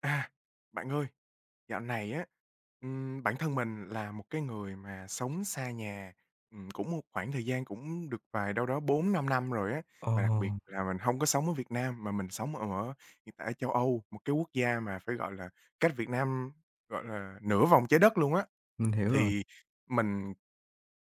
À, bạn ơi, dạo này á, bản thân mình là một cái người mà sống xa nhà, cũng một khoảng thời gian cũng được vài đâu đó 4-5 năm rồi á. Ờ, Và đặc biệt là mình hông có sống ở Việt Nam mà mình sống ở hiện tại ở châu Âu, một cái quốc gia mà phải gọi là cách Việt Nam, gọi là, nửa vòng trái đất luôn á. mình hiểu rồi. Thì mình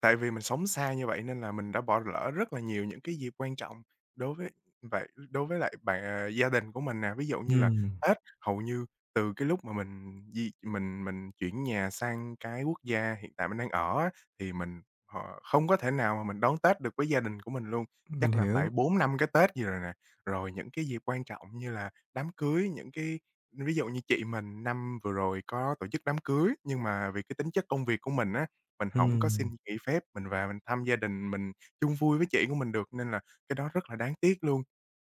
Tại vì mình sống xa như vậy nên là mình đã bỏ lỡ rất là nhiều những cái dịp quan trọng đối với đối với lại bạn à, gia đình của mình nè. Ví dụ như là Ừm, Tết, hầu như từ cái lúc mà mình di mình chuyển nhà sang cái quốc gia hiện tại mình đang ở á, thì mình không có thể nào mà mình đón Tết được với gia đình của mình luôn, mình chắc là hiểu. phải 4-5 cái Tết gì rồi nè. Rồi những cái dịp quan trọng như là đám cưới, những cái ví dụ như chị mình năm vừa rồi có tổ chức đám cưới, nhưng mà vì cái tính chất công việc của mình á mình hổng có xin Ừm, nghỉ phép, mình vào mình thăm gia đình, mình chung vui với chị của mình được, nên là cái đó rất là đáng tiếc luôn.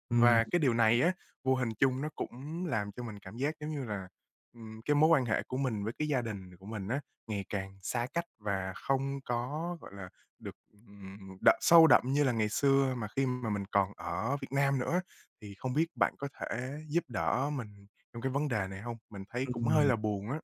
ừm, Và cái điều này á, vô hình chung nó cũng làm cho mình cảm giác giống như là, cái mối quan hệ của mình với cái gia đình của mình á, ngày càng xa cách và không có, gọi là, được, sâu đậm như là ngày xưa mà khi mà mình còn ở Việt Nam nữa. Thì không biết bạn có thể giúp đỡ mình trong cái vấn đề này hông? Mình thấy cũng hơi ừm, là buồn á.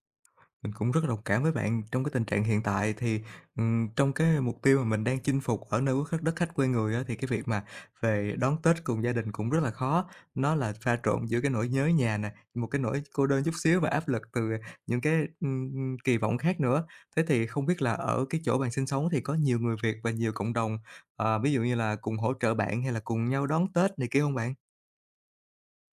mình cũng rất là đồng cảm với bạn trong cái tình trạng hiện tại thì, trong cái mục tiêu mà mình đang chinh phục ở nơi quốc khách đất khách quê người á, thì cái việc mà về đón Tết cùng gia đình cũng rất là khó. Nó là pha trộn giữa cái nỗi nhớ nhà nè, một cái nỗi cô đơn chút xíu và áp lực từ những cái, ưm, kỳ vọng khác nữa. Thế thì không biết là ở cái chỗ bạn sinh sống thì có nhiều người Việt và nhiều cộng đồng, ví dụ như là cùng hỗ trợ bạn hay là cùng nhau đón Tết này kia không bạn?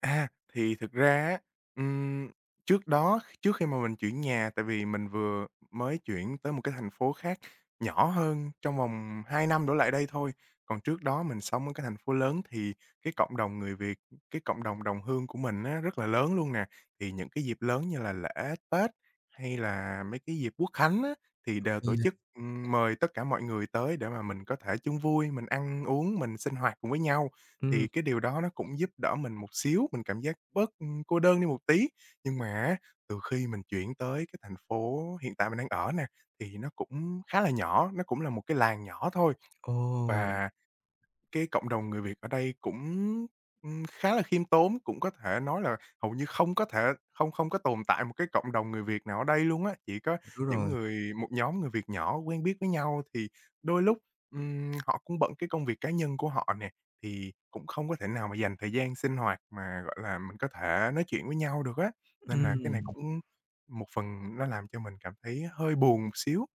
À, thì thực ra á, ừm, trước khi mà mình chuyển nhà, tại vì mình vừa mới chuyển tới một cái thành phố khác nhỏ hơn trong vòng 2 năm đổ lại đây thôi. Còn trước đó mình sống ở cái thành phố lớn thì cái cộng đồng người Việt, cái cộng đồng đồng hương của mình á rất là lớn luôn nè. Thì những cái dịp lớn như là lễ Tết hay là mấy cái dịp Quốc khánh á, thì đều tổ chức, mời tất cả mọi người tới để mà mình có thể chung vui, mình ăn uống, mình sinh hoạt cùng với nhau. Ừm. Thì cái điều đó nó cũng giúp đỡ mình một xíu, mình cảm giác bớt, cô đơn đi một tí. Nhưng mà á, từ khi mình chuyển tới cái thành phố hiện tại mình đang ở nè, thì nó cũng khá là nhỏ, nó cũng là một cái làng nhỏ thôi Ồ. và cái cộng đồng người Việt ở đây cũng, khá là khiêm tốn, cũng có thể nói là hầu như không có tồn tại một cái cộng đồng người Việt nào ở đây luôn á, chỉ có Hiểu những rồi. người một nhóm người Việt nhỏ quen biết với nhau. Thì đôi lúc, họ cũng bận cái công việc cá nhân của họ nè, thì cũng không có thể nào mà dành thời gian sinh hoạt mà, gọi là, mình có thể nói chuyện với nhau được á, nên là cái này Ừm, cũng một phần nó làm cho mình cảm thấy hơi buồn một xíu.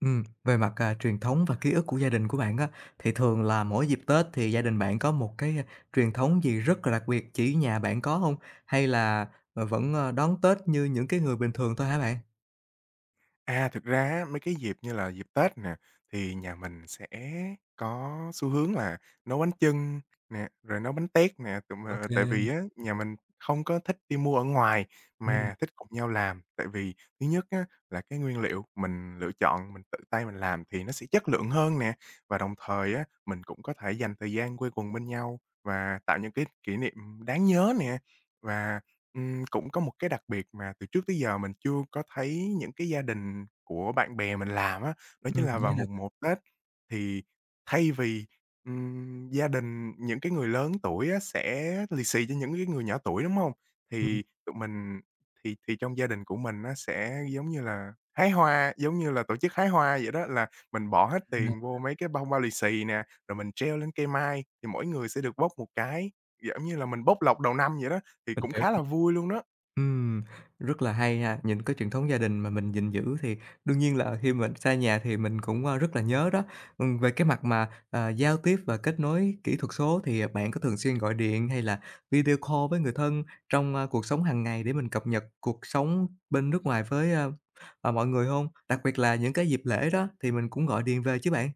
về mặt, truyền thống và ký ức của gia đình của bạn á, thì thường là mỗi dịp Tết thì gia đình bạn có một cái truyền thống gì rất là đặc biệt chỉ nhà bạn có hông? Hay là, đón Tết như những cái người bình thường thôi hả bạn? À, thực ra á, mấy cái dịp như là dịp Tết nè, thì nhà mình sẽ có xu hướng là nấu bánh chưng nè, rồi nấu bánh tét nè, Ô tại kê. vì á, nhà mình không có thích đi mua ở ngoài Ừm. mà thích cùng nhau làm. Tại vì thứ nhất á, là cái nguyên liệu mình lựa chọn, mình tự tay mình làm thì nó sẽ chất lượng hơn nè, và đồng thời á, mình cũng có thể dành thời gian quây quần bên nhau và tạo những cái kỷ niệm đáng nhớ nè. Và cũng có một cái đặc biệt mà từ trước tới giờ mình chưa có thấy những cái gia đình của bạn bè mình làm á, đó chính Ừm. là vào Nghĩa là. mùng một Tết thì thay vì, gia đình, những cái người lớn tuổi á sẽ lì xì cho những cái người nhỏ tuổi, đúng không? Ừm. Thì tụi mình thì trong gia đình của mình nó sẽ, giống như là, hái hoa, giống như là tổ chức hái hoa vậy đó, là mình bỏ hết Ừm. tiền vô mấy cái bông bao lì xì nè, rồi mình treo lên cây mai thì mỗi người sẽ được bốc một cái, giống như là mình bốc lộc đầu năm vậy đó. Thì Mình cũng khá hiểu. là vui luôn đó. Ừm, rất là hay ha, những cái truyền thống gia đình mà mình gìn giữ thì đương nhiên là khi mình xa nhà thì mình cũng rất là nhớ đó. Về cái mặt mà giao tiếp và kết nối kỹ thuật số thì bạn có thường xuyên gọi điện hay là video call với người thân trong cuộc sống hàng ngày để mình cập nhật cuộc sống bên nước ngoài với mọi người không? Đặc biệt là những cái dịp lễ đó thì mình cũng gọi điện về chứ bạn?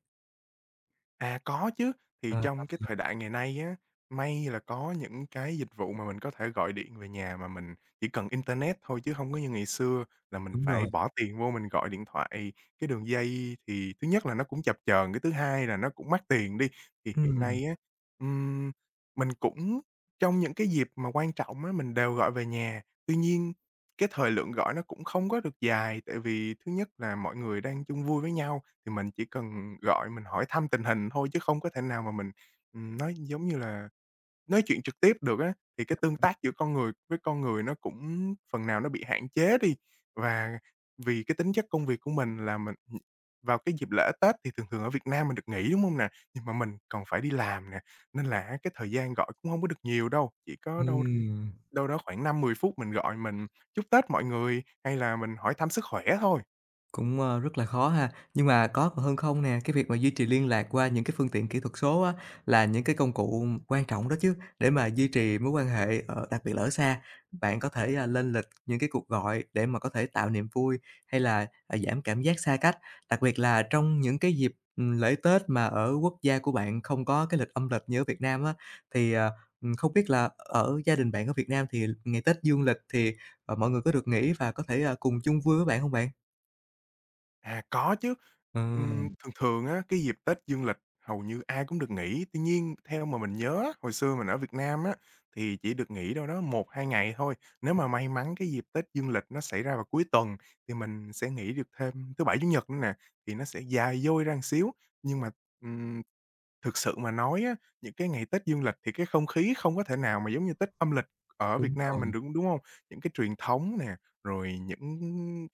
À, có chứ, thì Ờ, trong cái thời đại ngày nay á, may là có những cái dịch vụ mà mình có thể gọi điện về nhà mà mình chỉ cần internet thôi chứ không có như ngày xưa là mình đúng phải rồi. bỏ tiền vô mình gọi điện thoại cái đường dây thì thứ nhất là nó cũng chập chờn, cái thứ hai là nó cũng mắc tiền đi. Thì hiện Ừm. nay á, ừm, mình cũng trong những cái dịp mà quan trọng á, mình đều gọi về nhà, tuy nhiên cái thời lượng gọi nó cũng không có được dài, tại vì thứ nhất là mọi người đang chung vui với nhau, thì mình chỉ cần gọi mình hỏi thăm tình hình thôi chứ không có thể nào mà mình, nói giống như là nói chuyện trực tiếp được á. Thì cái tương tác giữa con người với con người nó cũng phần nào nó bị hạn chế đi. Và vì cái tính chất công việc của mình là mình vào cái dịp lễ Tết thì thường thường ở Việt Nam mình được nghỉ, đúng không nè? Nhưng mà mình còn phải đi làm nè, nên là cái thời gian gọi cũng không có được nhiều đâu, chỉ có đâu Ừm. đâu đó khoảng 5-10 phút mình gọi mình chúc Tết mọi người, hay là mình hỏi thăm sức khỏe thôi. Cũng, rất là khó ha. Nhưng mà có còn hơn không nè, cái việc mà duy trì liên lạc qua những cái phương tiện kỹ thuật số á, là những cái công cụ quan trọng đó chứ, để mà duy trì mối quan hệ, đặc biệt là ở xa. Bạn có thể lên lịch những cái cuộc gọi để mà có thể tạo niềm vui hay là giảm cảm giác xa cách, đặc biệt là trong những cái dịp lễ Tết mà ở quốc gia của bạn không có cái lịch âm lịch như ở Việt Nam á. Thì, không biết là ở gia đình bạn ở Việt Nam thì ngày Tết dương lịch thì, mọi người có được nghỉ và có thể cùng chung vui với bạn không bạn? À, có chứ. Ờ, Thường thường á, cái dịp Tết dương lịch hầu như ai cũng được nghỉ. Tuy nhiên, theo mà mình nhớ á, hồi xưa mình ở Việt Nam á, thì chỉ được nghỉ đâu đó 1-2 ngày thôi. Nếu mà may mắn cái dịp Tết dương lịch nó xảy ra vào cuối tuần thì mình sẽ nghỉ được thêm thứ Bảy, Chủ nhật nữa nè, thì nó sẽ dài dôi ra một xíu. Nhưng mà, ừm, thực sự mà nói á, những cái ngày Tết dương lịch thì cái không khí không có thể nào mà giống như Tết âm lịch ở đúng Việt Nam rồi. mình đúng đúng không Những cái truyền thống nè, rồi những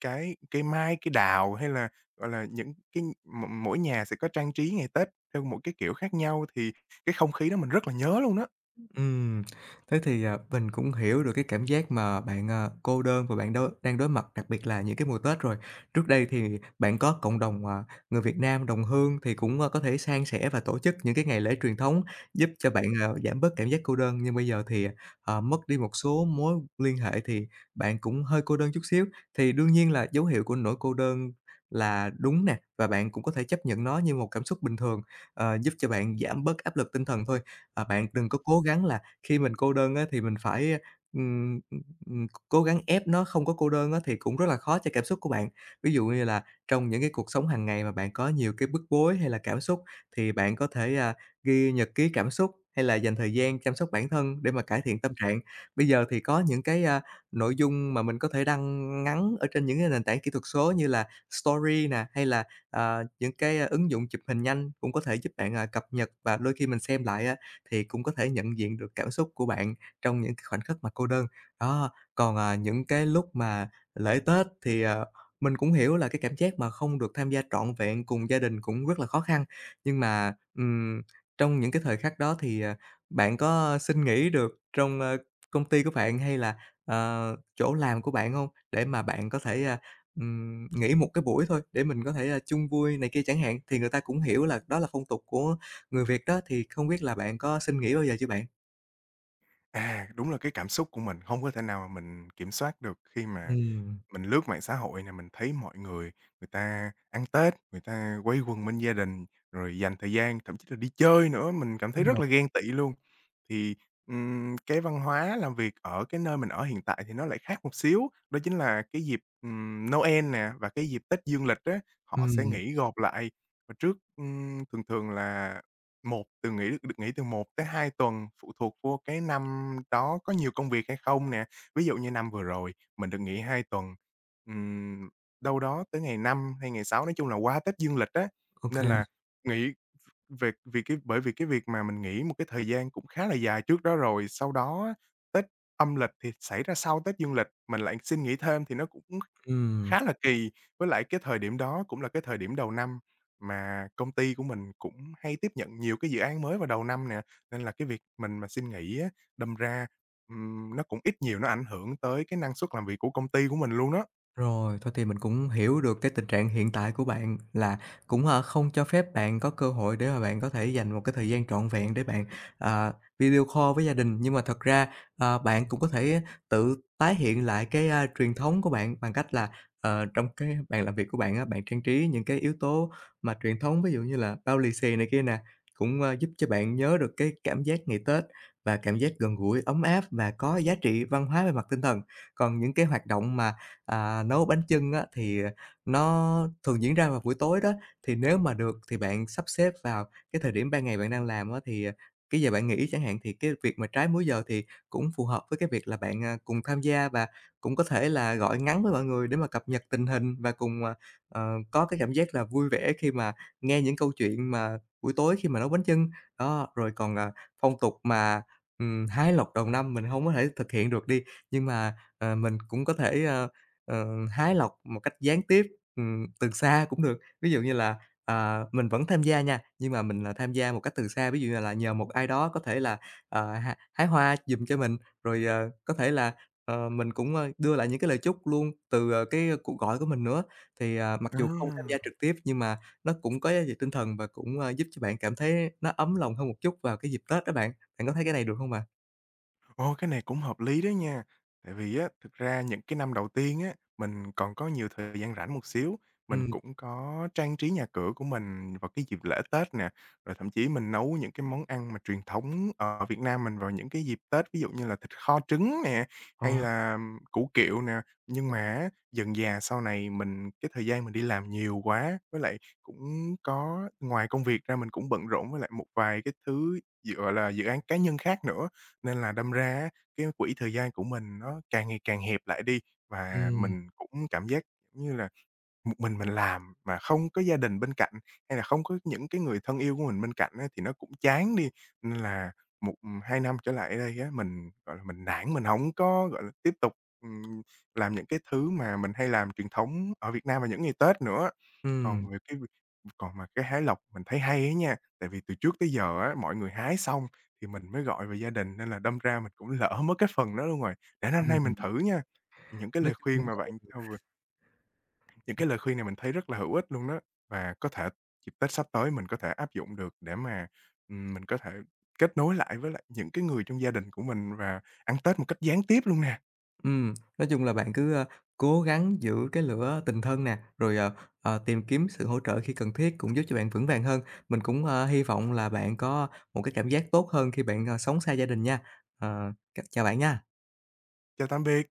cái cây mai, cây đào hay là, gọi là, những cái m mỗi nhà sẽ có trang trí ngày Tết theo một cái kiểu khác nhau thì cái không khí đó mình rất là nhớ luôn đó. Ừm, thế thì, mình cũng hiểu được cái cảm giác mà bạn cô đơn và bạn đang đối mặt, đặc biệt là những cái mùa Tết rồi. Trước đây thì bạn có cộng đồng người Việt Nam đồng hương thì cũng có thể san sẻ và tổ chức những cái ngày lễ truyền thống, giúp cho bạn giảm bớt cảm giác cô đơn. Nhưng bây giờ thì, mất đi một số mối liên hệ thì bạn cũng hơi cô đơn chút xíu. Thì đương nhiên là dấu hiệu của nỗi cô đơn là đúng nè, và bạn cũng có thể chấp nhận nó như một cảm xúc bình thường, giúp cho bạn giảm bớt áp lực tinh thần thôi. À, bạn đừng có cố gắng là khi mình cô đơn á thì mình phải, ừm, ừm, cố gắng ép nó không có cô đơn á thì cũng rất là khó cho cảm xúc của bạn. Ví dụ như là trong những cái cuộc sống hàng ngày mà bạn có nhiều cái bức bối hay là cảm xúc thì bạn có thể ghi nhật ký cảm xúc hay là dành thời gian chăm sóc bản thân để mà cải thiện tâm trạng. Bây giờ thì có những cái nội dung mà mình có thể đăng ngắn ở trên những cái nền tảng kỹ thuật số như là Story nè, hay là, những cái ứng dụng chụp hình nhanh cũng có thể giúp bạn cập nhật và đôi khi mình xem lại á thì cũng có thể nhận diện được cảm xúc của bạn trong những cái khoảnh khắc mà cô đơn. Đó, còn những cái lúc mà lễ Tết thì, mình cũng hiểu là cái cảm giác mà không được tham gia trọn vẹn cùng gia đình cũng rất là khó khăn, nhưng mà, trong những cái thời khắc đó thì, bạn có xin nghỉ được trong công ty của bạn hay là chỗ làm của bạn không? Để mà bạn có thể nghỉ một cái buổi thôi để mình có thể chung vui này kia chẳng hạn, thì người ta cũng hiểu là đó là phong tục của người Việt đó thì không biết là bạn có xin nghỉ bao giờ chưa bạn? À, đúng là cái cảm xúc của mình không có thể nào mà mình kiểm soát được khi mà Ừm, mình lướt mạng xã hội này mình thấy mọi người, người ta ăn Tết, người ta quây quần bên gia đình, rồi dành thời gian, thậm chí là đi chơi nữa, mình cảm thấy đúng rất rồi. là ghen tị luôn. Thì, cái văn hóa làm việc ở cái nơi mình ở hiện tại thì nó lại khác một xíu, đó chính là cái dịp, Noel nè và cái dịp Tết dương lịch á, họ sẽ Ừm. nghỉ gộp lại. Và trước, thường thường là một từ nghỉ được nghỉ từ 1 tới 2 tuần, phụ thuộc vô cái năm đó có nhiều công việc hay không nè. Ví dụ như năm vừa rồi, mình được nghỉ 2 tuần, Ừm, đâu đó tới ngày 5 hay ngày 6 nói chung là qua Tết dương lịch á, Ô kê. nên là nghỉ về vì cái bởi vì cái việc mà mình nghỉ một cái thời gian cũng khá là dài trước đó rồi, sau đó á, Tết âm lịch thì xảy ra sau Tết dương lịch, mình lại xin nghỉ thêm thì nó cũng Ừm. khá là kỳ. Với lại cái thời điểm đó cũng là cái thời điểm đầu năm mà công ty của mình cũng hay tiếp nhận nhiều cái dự án mới vào đầu năm nè, nên là cái việc mình mà xin nghỉ á, đâm ra, nó cũng ít nhiều nó ảnh hưởng tới cái năng suất làm việc của công ty của mình luôn đó. Rồi, thôi thì mình cũng hiểu được cái tình trạng hiện tại của bạn là cũng không cho phép bạn có cơ hội để mà bạn có thể dành một cái thời gian trọn vẹn để bạn, ờ, video call với gia đình. Nhưng mà thật ra, bạn cũng có thể tự tái hiện lại cái truyền thống của bạn bằng cách là, trong cái bàn làm việc của bạn á, bạn trang trí những cái yếu tố mà truyền thống, ví dụ như là bao lì xì này kia nè, cũng giúp cho bạn nhớ được cái cảm giác ngày Tết và cảm giác gần gũi, ấm áp và có giá trị văn hóa về mặt tinh thần. Còn những cái hoạt động mà nấu bánh chưng á, thì nó thường diễn ra vào buổi tối đó, thì nếu mà được thì bạn sắp xếp vào cái thời điểm ban ngày bạn đang làm á, thì, cái giờ bạn nghỉ chẳng hạn, thì cái việc mà trái múi giờ thì cũng phù hợp với cái việc là bạn, à, cùng tham gia và cũng có thể là gọi ngắn với mọi người để mà cập nhật tình hình và cùng có cái cảm giác là vui vẻ khi mà nghe những câu chuyện mà buổi tối khi mà nấu bánh chưng. Đó, rồi còn phong tục mà hái lộc đầu năm mình không có thể thực hiện được đi, nhưng mà, mình cũng có thể hái lộc một cách gián tiếp, từ xa cũng được. Ví dụ như là, mình vẫn tham gia nha, nhưng mà mình là tham gia một cách từ xa, ví dụ như là nhờ một ai đó có thể là, ờ, h hái hoa giùm cho mình, rồi, có thể là, mình cũng đưa lại những cái lời chúc luôn từ cái cuộc gọi của mình nữa. Thì, mặc Ờ, dù không tham gia trực tiếp nhưng mà nó cũng có giá trị tinh thần và cũng giúp cho bạn cảm thấy nó ấm lòng hơn một chút vào cái dịp Tết đó bạn. Bạn có thấy cái này được không bạn? ồ, cái này cũng hợp lý đó nha. Tại vì á, thực ra những cái năm đầu tiên á, mình còn có nhiều thời gian rảnh một xíu, mình Ừ. cũng có trang trí nhà cửa của mình vào cái dịp lễ Tết nè, rồi thậm chí mình nấu những cái món ăn mà truyền thống ở Việt Nam mình vào những cái dịp Tết, ví dụ như là thịt kho trứng nè, hay Ờ. là củ kiệu nè. Nhưng mà á, dần dà sau này mình cái thời gian mình đi làm nhiều quá, với lại cũng có ngoài công việc ra mình cũng bận rộn với lại một vài cái thứ, gọi là, dự án cá nhân khác nữa. Nên là đâm ra á, cái quỹ thời gian của mình nó càng ngày càng hẹp lại đi Ừ. và mình cũng cảm giác, giống như là, một mình làm mà không có gia đình bên cạnh, hay là không có những cái người thân yêu của mình bên cạnh á, thì nó cũng chán đi. Nên là 1, 2 năm trở lại đây á, mình, gọi là, mình nản, mình không có, gọi là, tiếp tục, ừm, làm những cái thứ mà mình hay làm truyền thống ở Việt Nam vào những ngày Tết nữa. Ừ. Còn về cái việc còn mà cái hái lộc mình thấy hay ấy nha, tại vì từ trước tới giờ á, mọi người hái xong thì mình mới gọi về gia đình, nên là đâm ra mình cũng lỡ mất cái phần đó luôn rồi. Để năm nay mình Ừm. thử nha. Những cái Nói lời khuyên chung mà bạn cho vừa những cái lời khuyên này mình thấy rất là hữu ích luôn đó, và có thể dịp Tết sắp tới mình có thể áp dụng được để mà, mình có thể kết nối lại với lại những cái người trong gia đình của mình và ăn Tết một cách gián tiếp luôn nè. nói chung là bạn cứ, cố gắng giữ cái lửa tình thân nè, rồi, tìm kiếm sự hỗ trợ khi cần thiết cũng giúp cho bạn vững vàng hơn. Mình cũng hy vọng là bạn có một cái cảm giác tốt hơn khi bạn sống xa gia đình nha. Ờ, Chào bạn nha. Chào tạm biệt.